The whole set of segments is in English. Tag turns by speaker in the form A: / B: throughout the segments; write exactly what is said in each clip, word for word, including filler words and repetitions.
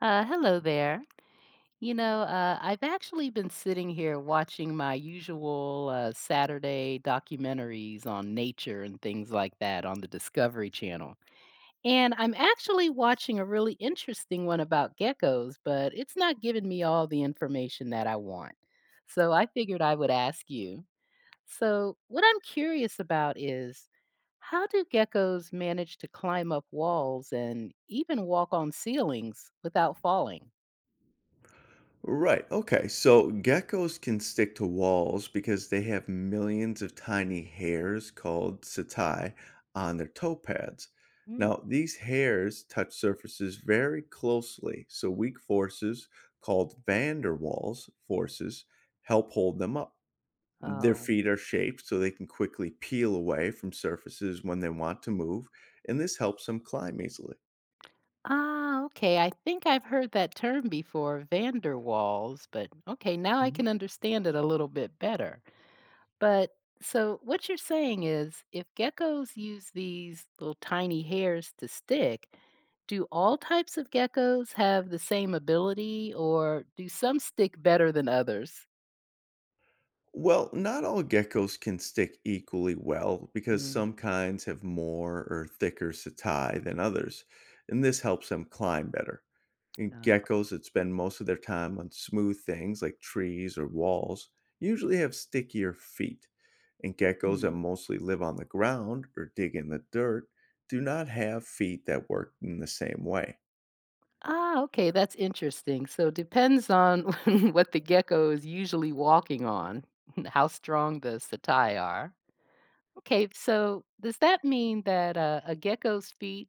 A: Uh, hello there. You know, uh, I've actually been sitting here watching my usual uh, Saturday documentaries on nature and things like that on the Discovery Channel. And I'm actually watching a really interesting one about geckos, but it's not giving me all the information that I want. So I figured I would ask you. So, what I'm curious about is how do geckos manage to climb up walls and even walk on ceilings without falling?
B: Right. Okay. So geckos can stick to walls because they have millions of tiny hairs called setae on their toe pads. Now, these hairs touch surfaces very closely, so weak forces called van der Waals forces help hold them up. Their
A: Oh.
B: feet are shaped so they can quickly peel away from surfaces when they want to move, and this helps them climb easily.
A: Ah, okay. I think I've heard that term before, Vanderwalls, but okay, now I
B: Hmm?
A: can understand it a little bit better. But so what you're saying is, if geckos use these little tiny hairs to stick, do all types of geckos have the same ability or do some stick better than others?
B: Well, not all geckos can stick equally well because
A: Mm,
B: some kinds have more or thicker setae than others, and this helps them climb better. And geckos that spend most of their time on smooth things like trees or walls usually have stickier feet, and geckos that
A: uh,
B: mostly live on the ground or dig in the dirt do not have feet that work in the same way.
A: ah, okay, that's interesting. So depends on what the gecko is usually walking on, how strong the setae are. Okay, so does that mean that uh, a gecko's feet,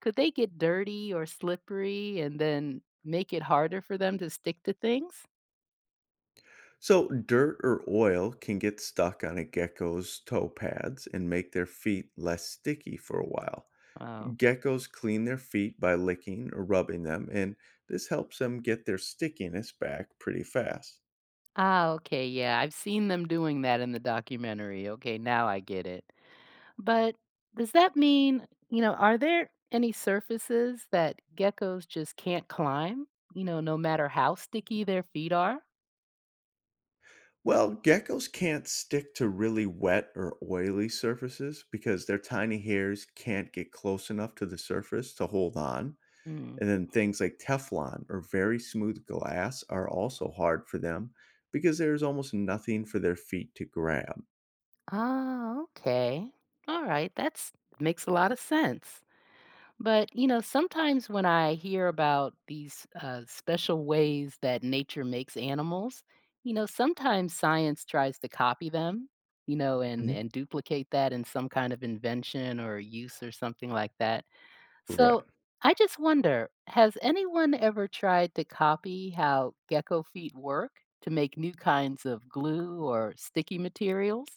A: could they get dirty or slippery and then make it harder for them to stick to things?
B: So, dirt or oil can get stuck on a gecko's toe pads and make their feet less sticky for a while.
A: Oh.
B: Geckos clean their feet by licking or rubbing them, and this helps them get their stickiness back pretty fast.
A: Ah, okay, yeah. I've seen them doing that in the documentary. Okay, now I get it. But does that mean, you know, are there any surfaces that geckos just can't climb, you know, no matter how sticky their feet are?
B: Well, geckos can't stick to really wet or oily surfaces because their tiny hairs can't get close enough to the surface to hold on.
A: Mm.
B: And then things like Teflon or very smooth glass are also hard for them because there is almost nothing for their feet to grab.
A: Oh, okay. All right. That's, makes a lot of sense. But, you know, sometimes when I hear about these uh, special ways that nature makes animals, you know, sometimes science tries to copy them, you know, and,
B: Mhm.
A: and duplicate that in some kind of invention or use or something like that.
B: Right.
A: So I just wonder, has anyone ever tried to copy how gecko feet work to make new kinds of glue or sticky materials?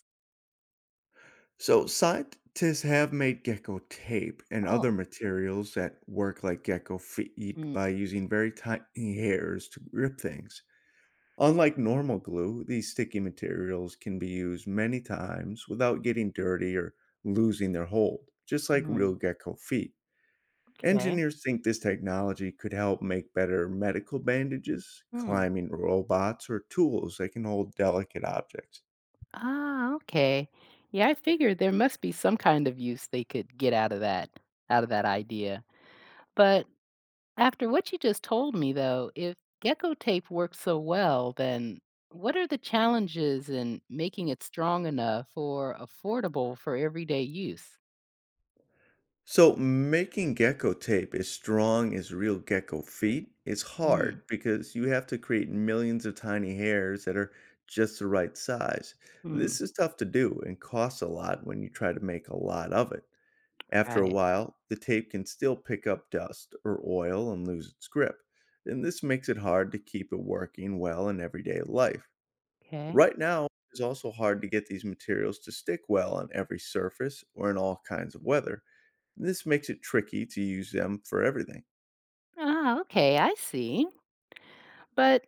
B: So scientists have made gecko tape and
A: Oh,
B: other materials that work like gecko feet
A: mm,
B: by using very tiny hairs to grip things. Unlike normal glue, these sticky materials can be used many times without getting dirty or losing their hold, just like
A: mm,
B: real gecko feet.
A: okay.
B: Engineers think this technology could help make better medical bandages,
A: Mm.
B: climbing robots, or tools that can hold delicate objects.
A: Ah, okay. Yeah, I figured there must be some kind of use they could get out of that, out of that idea. But after what you just told me, though, if gecko tape works so well, then what are the challenges in making it strong enough or affordable for everyday use?
B: So, making gecko tape as strong as real gecko feet is
A: Mm,
B: hard because you have to create millions of tiny hairs that are just the right size.
A: mm,
B: This is tough to do and costs a lot when you try to make a lot of it. After a
A: right.
B: while, the tape can still pick up dust or oil and lose its grip, and this makes it hard to keep it working well in everyday life.
A: Okay.
B: Right now, it's also hard to get these materials to stick well on every surface or in all kinds of weather. This makes it tricky to use them for everything.
A: Ah, okay, I see. But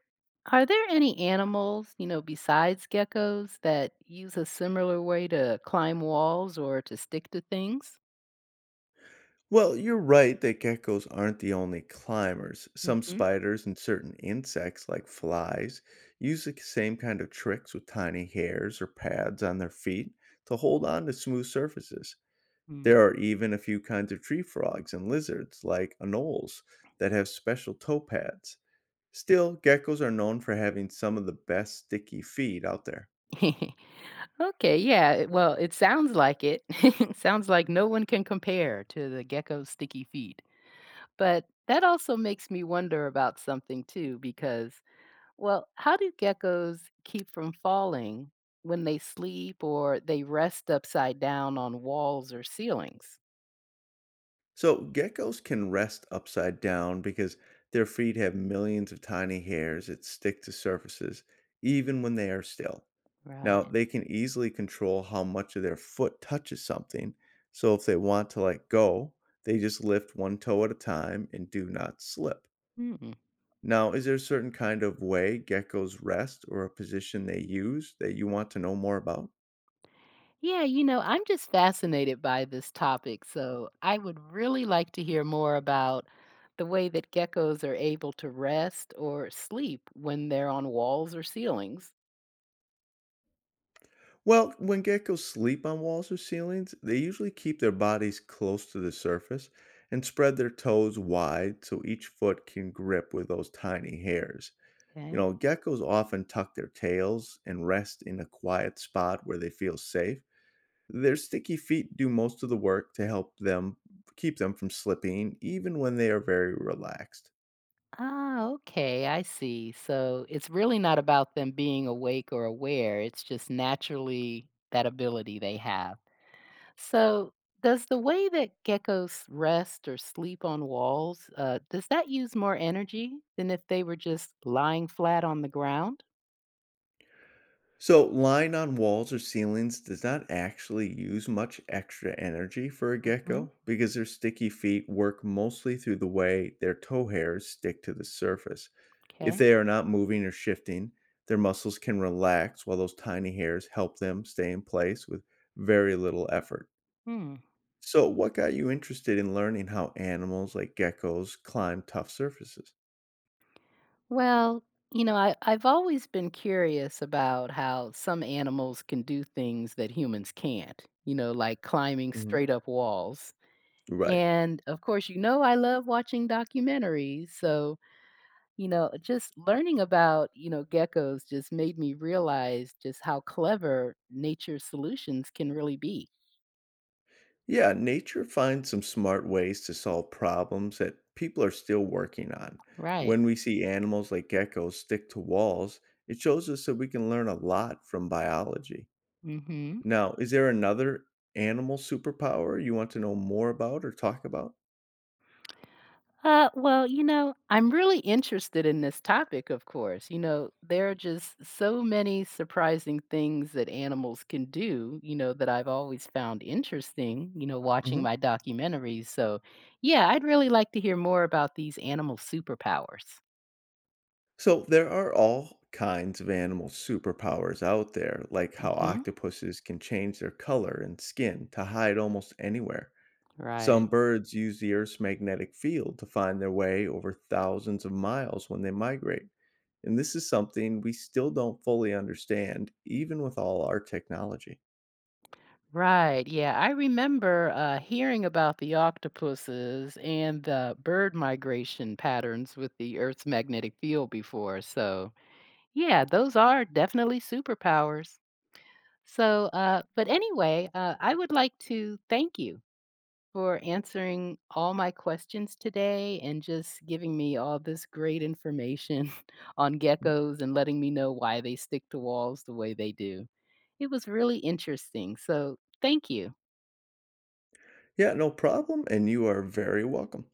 A: are there any animals, you know, besides geckos that use a similar way to climb walls or to stick to things?
B: Well, you're right that geckos aren't the only climbers. Some
A: Mm-hmm.
B: spiders and certain insects, like flies, use the same kind of tricks with tiny hairs or pads on their feet to hold on to smooth surfaces. There are even a few kinds of tree frogs and lizards, like anoles, that have special toe pads. Still, geckos are known for having some of the best sticky feet out there.
A: Okay, yeah, well, it sounds like it. Sounds like no one can compare to the gecko's sticky feet. But that also makes me wonder about something too, because, well, how do geckos keep from falling when they sleep or they rest upside down on walls or ceilings?
B: So, geckos can rest upside down because their feet have millions of tiny hairs that stick to surfaces even when they are still.
A: Right.
B: Now, they can easily control how much of their foot touches something. So, if they want to let go, they just lift one toe at a time and do not slip. Now, is there a certain kind of way geckos rest or a position they use that you want to know more about?
A: Yeah, you know, I'm just fascinated by this topic, so I would really like to hear more about the way that geckos are able to rest or sleep when they're on walls or ceilings.
B: Well, when geckos sleep on walls or ceilings, they usually keep their bodies close to the surface and spread their toes wide so each foot can grip with those tiny hairs. You
A: Okay.
B: know, geckos often tuck their tails and rest in a quiet spot where they feel safe. Their sticky feet do most of the work to help them, keep them from slipping, even when they are very relaxed.
A: Ah, okay, I see. So it's really not about them being awake or aware, it's just naturally that ability they have. So does the way that geckos rest or sleep on walls, uh, does that use more energy than if they were just lying flat on the ground?
B: So, lying on walls or ceilings does not actually use much extra energy for a
A: Hmm.
B: gecko because their sticky feet work mostly through the way their toe hairs stick to the surface. If
A: Okay.
B: they are not moving or shifting, their muscles can relax while those tiny hairs help them stay in place with very little effort.
A: Hmm.
B: So, what got you interested in learning how animals like geckos climb tough surfaces?
A: Well, you know, I I've always been curious about how some animals can do things that humans can't, you know, like climbing
B: Mhm.
A: straight up walls.
B: Right.
A: And, of course, you know, I love watching documentaries, so, you know, just learning about, you know, geckos just made me realize just how clever nature's solutions can really be.
B: Yeah, nature finds some smart ways to solve problems that people are still working on.
A: Right.
B: When we see animals like geckos stick to walls, it shows us that we can learn a lot from biology.
A: Mhm.
B: Now, is there another animal superpower you want to know more about or talk about?
A: Uh, well, you know, I'm really interested in this topic, of course. You know, there are just so many surprising things that animals can do, you know, that I've always found interesting, you know, watching
B: Hmm?
A: my documentaries. So, yeah, I'd really like to hear more about these animal superpowers.
B: So, there are all kinds of animal superpowers out there, like how
A: Hmm.
B: octopuses can change their color and skin to hide almost anywhere.
A: Right.
B: Some birds use the Earth's magnetic field to find their way over thousands of miles when they migrate. And this is something we still don't fully understand, even with all our technology.
A: Right. Yeah. I remember uh, hearing about the octopuses and the bird migration patterns with the Earth's magnetic field before. So, yeah, those are definitely superpowers. So, uh, but anyway, uh, I would like to thank you for answering all my questions today and just giving me all this great information on geckos and letting me know why they stick to walls the way they do. It was really interesting. So, thank you.
B: Yeah, no problem. And you are very welcome.